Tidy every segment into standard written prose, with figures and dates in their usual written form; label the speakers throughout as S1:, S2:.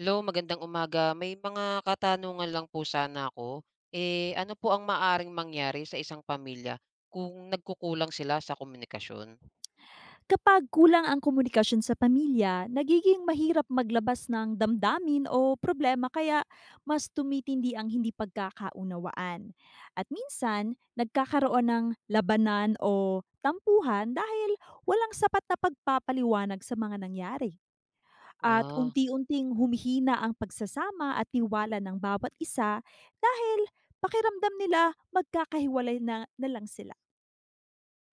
S1: Hello, magandang umaga. May mga katanungan lang po sana ako. Eh, ano po ang maaring mangyari sa isang pamilya kung nagkukulang sila sa komunikasyon?
S2: Kapag kulang ang komunikasyon sa pamilya, nagiging mahirap maglabas ng damdamin o problema kaya mas tumitindi ang hindi pagkakaunawaan. At minsan, nagkakaroon ng labanan o tampuhan dahil walang sapat na pagpapaliwanag sa mga nangyari. At
S1: Ah,
S2: unti-unting humihina ang pagsasama at tiwala ng bawat isa dahil pakiramdam nila magkakahiwalay na lang sila.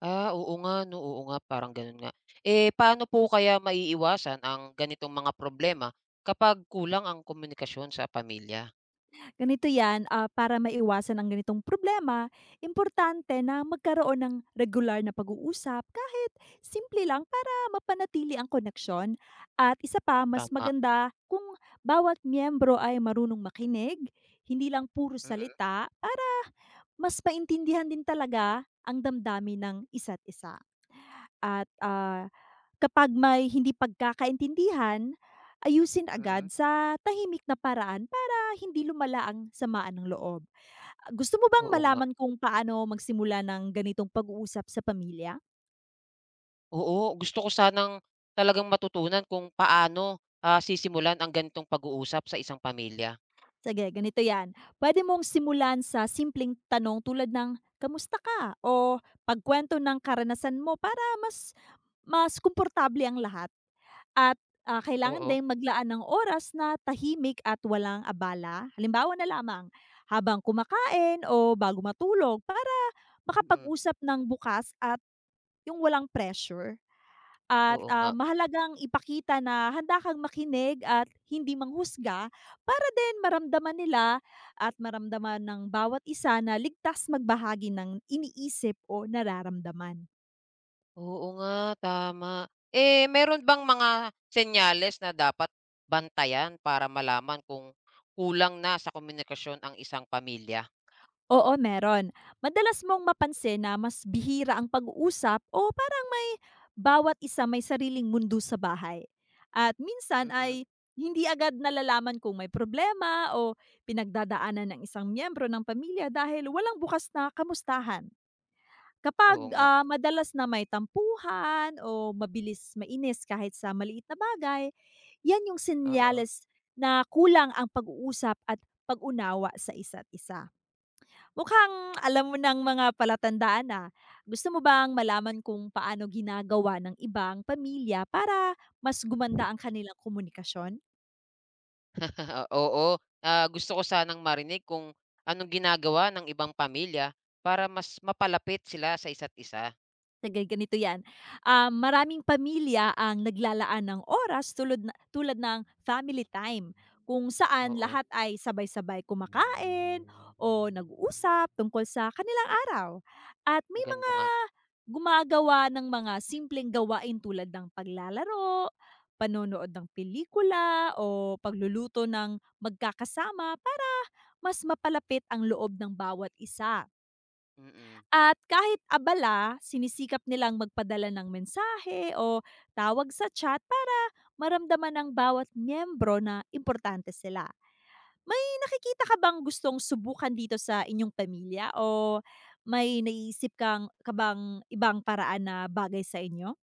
S1: ah, oo nga, no, oo nga, parang ganun nga. Eh, paano po kaya maiiwasan ang ganitong mga problema kapag kulang ang komunikasyon sa pamilya?
S2: Ganito 'yan, para maiwasan ang ganitong problema, importante na magkaroon ng regular na pag-uusap kahit simple lang para mapanatili ang koneksyon. At isa pa, mas
S1: Tama.
S2: maganda kung bawat miyembro ay marunong makinig, hindi lang puro
S1: Mm-mm,
S2: salita para mas maintindihan din talaga ang damdamin ng isa't isa. At, ah, Kapag may hindi pagkakaintindihan, ayusin
S1: mm-mm.
S2: agad sa tahimik na paraan para hindi lumala ang samaan ng loob. Gusto mo bang
S1: Oo nga.
S2: malaman kung paano magsimula ng ganitong pag-uusap sa pamilya?
S1: Oo, gusto ko sanang talagang matutunan kung paano sisimulan ang ganitong pag-uusap sa isang pamilya.
S2: Sige, ganito 'yan. Puwede mong simulan sa simpleng tanong tulad ng, "Kamusta ka?" o pagkuwento ng karanasan mo para mas mas komportable ang lahat at, kailangan
S1: Oo.
S2: ding maglaan ng oras na tahimik at walang abala. Halimbawa na lamang, habang kumakain o bago matulog para
S1: Mm-mm.
S2: makapag-usap ng bukas at yung walang pressure.
S1: Oo nga.
S2: Mahalagang ipakita na handa kang makinig at hindi manghusga para din maramdaman nila at maramdaman ng bawat isa na ligtas magbahagi ng iniisip o nararamdaman.
S1: Oo nga, tama. Eh, meron bang mga senyales na dapat bantayan para malaman kung kulang na sa komunikasyon ang isang pamilya?
S2: Oo, meron. Madalas mong mapansin na mas bihira ang pag-uusap o parang may bawat isa may sariling mundo sa bahay. At minsan
S1: Mm,
S2: ay hindi agad nalalaman kung may problema o pinagdadaanan ng isang miyembro ng pamilya dahil walang bukas na kamustahan. Kapag,
S1: oo nga,
S2: ah, madalas na may tampuhan o mabilis mainis kahit sa maliit na bagay, yan yung
S1: oo.
S2: senyales na kulang ang pag-uusap at pag-unawa sa isa't isa. Mukhang alam mo ng mga palatandaan, na gusto mo bang malaman kung paano ginagawa ng ibang pamilya para mas gumanda ang kanilang komunikasyon?
S1: Oo, gusto ko sanang marinig kung anong ginagawa ng ibang pamilya para mas mapalapit sila sa isa't isa.
S2: Sige, ganito 'yan. Maraming pamilya ang naglalaan ng oras tulad na tulad ng family time, kung saan
S1: Oo,
S2: lahat ay sabay-sabay kumakain o nag-uusap tungkol sa kanilang araw. At may
S1: maganda
S2: mga
S1: nga.
S2: gumagawa ng mga simpleng gawain tulad ng paglalaro, panonood ng pelikula o pagluluto ng magkakasama para mas mapalapit ang loob ng bawat isa.
S1: Mm.
S2: At kahit abala, sinisikap nilang magpadala ng mensahe o tawag sa chat para maramdaman ng bawat miyembro na importante sila. May nakikita ka bang gustong subukan dito sa inyong pamilya o may naiisip ka bang ibang paraan na bagay sa inyo?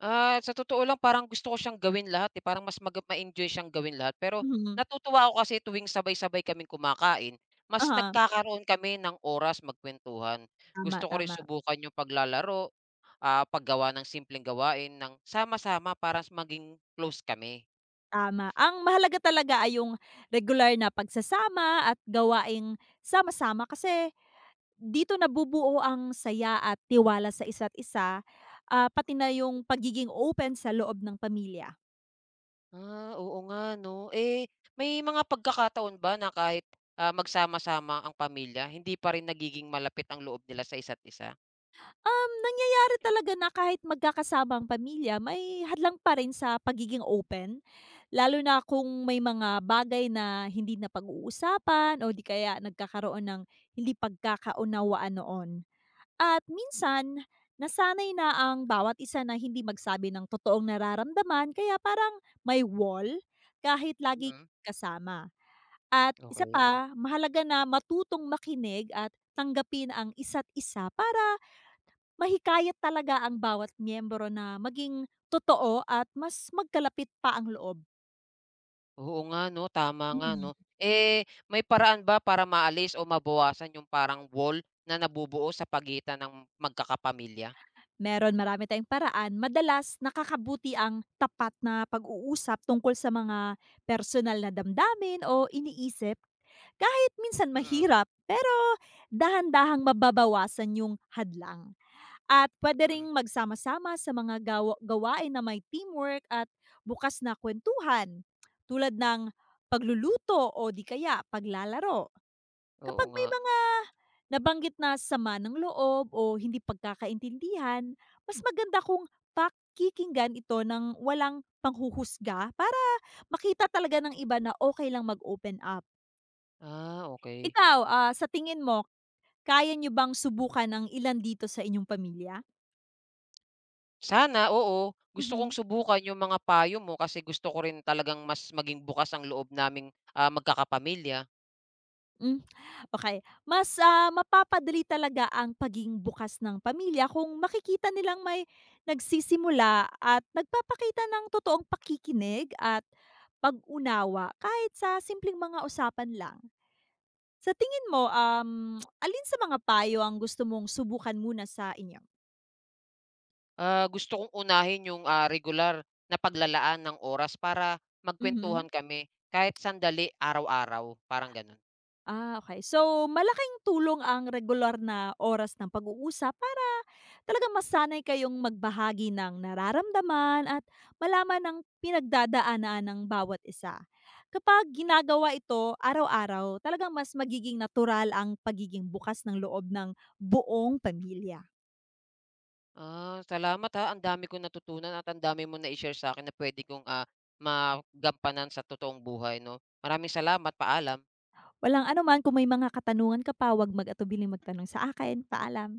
S1: Ah, sa totoo lang parang gusto ko siyang gawin lahat, eh, parang mas ma-enjoy siyang gawin lahat. Pero
S2: Mhm,
S1: natutuwa ako kasi tuwing sabay-sabay kaming kumakain, mas
S2: aha,
S1: nagkakaroon kami ng oras magkuwentuhan.
S2: tama,
S1: Gusto ko rin
S2: tama,
S1: subukan yung paglalaro, paggawa ng simpleng gawain ng sama-sama para maging close kami.
S2: tama. Ang mahalaga talaga ay yung regular na pagsasama at gawaing sama-sama kasi dito nabubuo ang saya at tiwala sa isa't isa, pati na yung pagiging open sa loob ng pamilya.
S1: Ah, oo nga 'no. Eh, may mga pagkakataon ba na kahit, magsama-sama ang pamilya hindi pa rin nagiging malapit ang loob nila sa isa't isa?
S2: Nangyayari talaga na kahit magkakasama ang pamilya, may hadlang pa rin sa pagiging open, lalo na kung may mga bagay na hindi na pag uusapan o di kaya nagkakaroon ng hindi pagkakaunawaan noon. At minsan, nasanay na ang bawat isa na hindi magsabi ng totoong nararamdaman kaya parang may wall kahit lagi
S1: Mm.
S2: kasama. At isa
S1: Okay.
S2: pa, mahalaga na matutong makinig at tanggapin ang isa't isa para mahikayat talaga ang bawat miyembro na maging totoo at mas magkalapit pa ang loob.
S1: Oo nga 'no, tama nga 'no. Eh, may paraan ba para maalis o mabawasan yung parang wall na nabubuo sa pagitan ng magkakapamilya?
S2: Meron, marami tayong paraan. Madalas nakakabuti ang tapat na pag-uusap tungkol sa mga personal na damdamin o iniisip kahit minsan
S1: Mm,
S2: mahirap, pero dahan-dahang mababawasan yung hadlang. At pwede ring
S1: mm.
S2: magsama-sama sa mga gawain na may teamwork at bukas na kwentuhan tulad ng pagluluto o di kaya paglalaro.
S1: Oo
S2: Kapag
S1: nga.
S2: may mga nabanggit na sama ng loob o hindi pagkakaintindihan, mas maganda kung pakikinggan ito ng walang panghuhusga para makita talaga ng iba na okay lang mag-open up.
S1: Ah, okay.
S2: Ikaw, sa tingin mo, kaya nyo bang subukan ng ilan dito sa inyong pamilya?
S1: Sana, oo. Gusto
S2: Mhm.
S1: kong subukan yung mga payo mo kasi gusto ko rin talagang mas maging bukas ang loob naming, magkakapamilya.
S2: Hmm, okay. Mas mapapadali talaga ang paging bukas ng pamilya kung makikita nilang may nagsisimula at nagpapakita ng totoong pakikinig at pag-unawa kahit sa simpleng mga usapan lang. Sa tingin mo, alin sa mga payo ang gusto mong subukan muna sa inyo?
S1: Ah, gusto kong unahin yung, regular na paglalaan ng oras para
S2: Mhm.
S1: magkwentuhan kami kahit sandali araw-araw, parang gano'n.
S2: Ah, okay. So, malaking tulong ang regular na oras ng pag-uusap para talaga masanay kayong magbahagi ng nararamdaman at malaman ang pinagdadaanan ng bawat isa. Kapag ginagawa ito araw-araw, talagang mas magiging natural ang pagiging bukas ng loob ng buong pamilya.
S1: Ah, salamat ha. Ang dami kong natutunan at ang dami mo na nai-share akin na puwede kong, magampanan sa totoong buhay 'no. Maraming salamat, paalam.
S2: Walang anuman, kung may mga katanungan ka pa, huwag mag-atubiling magtanong sa akin. Paalam.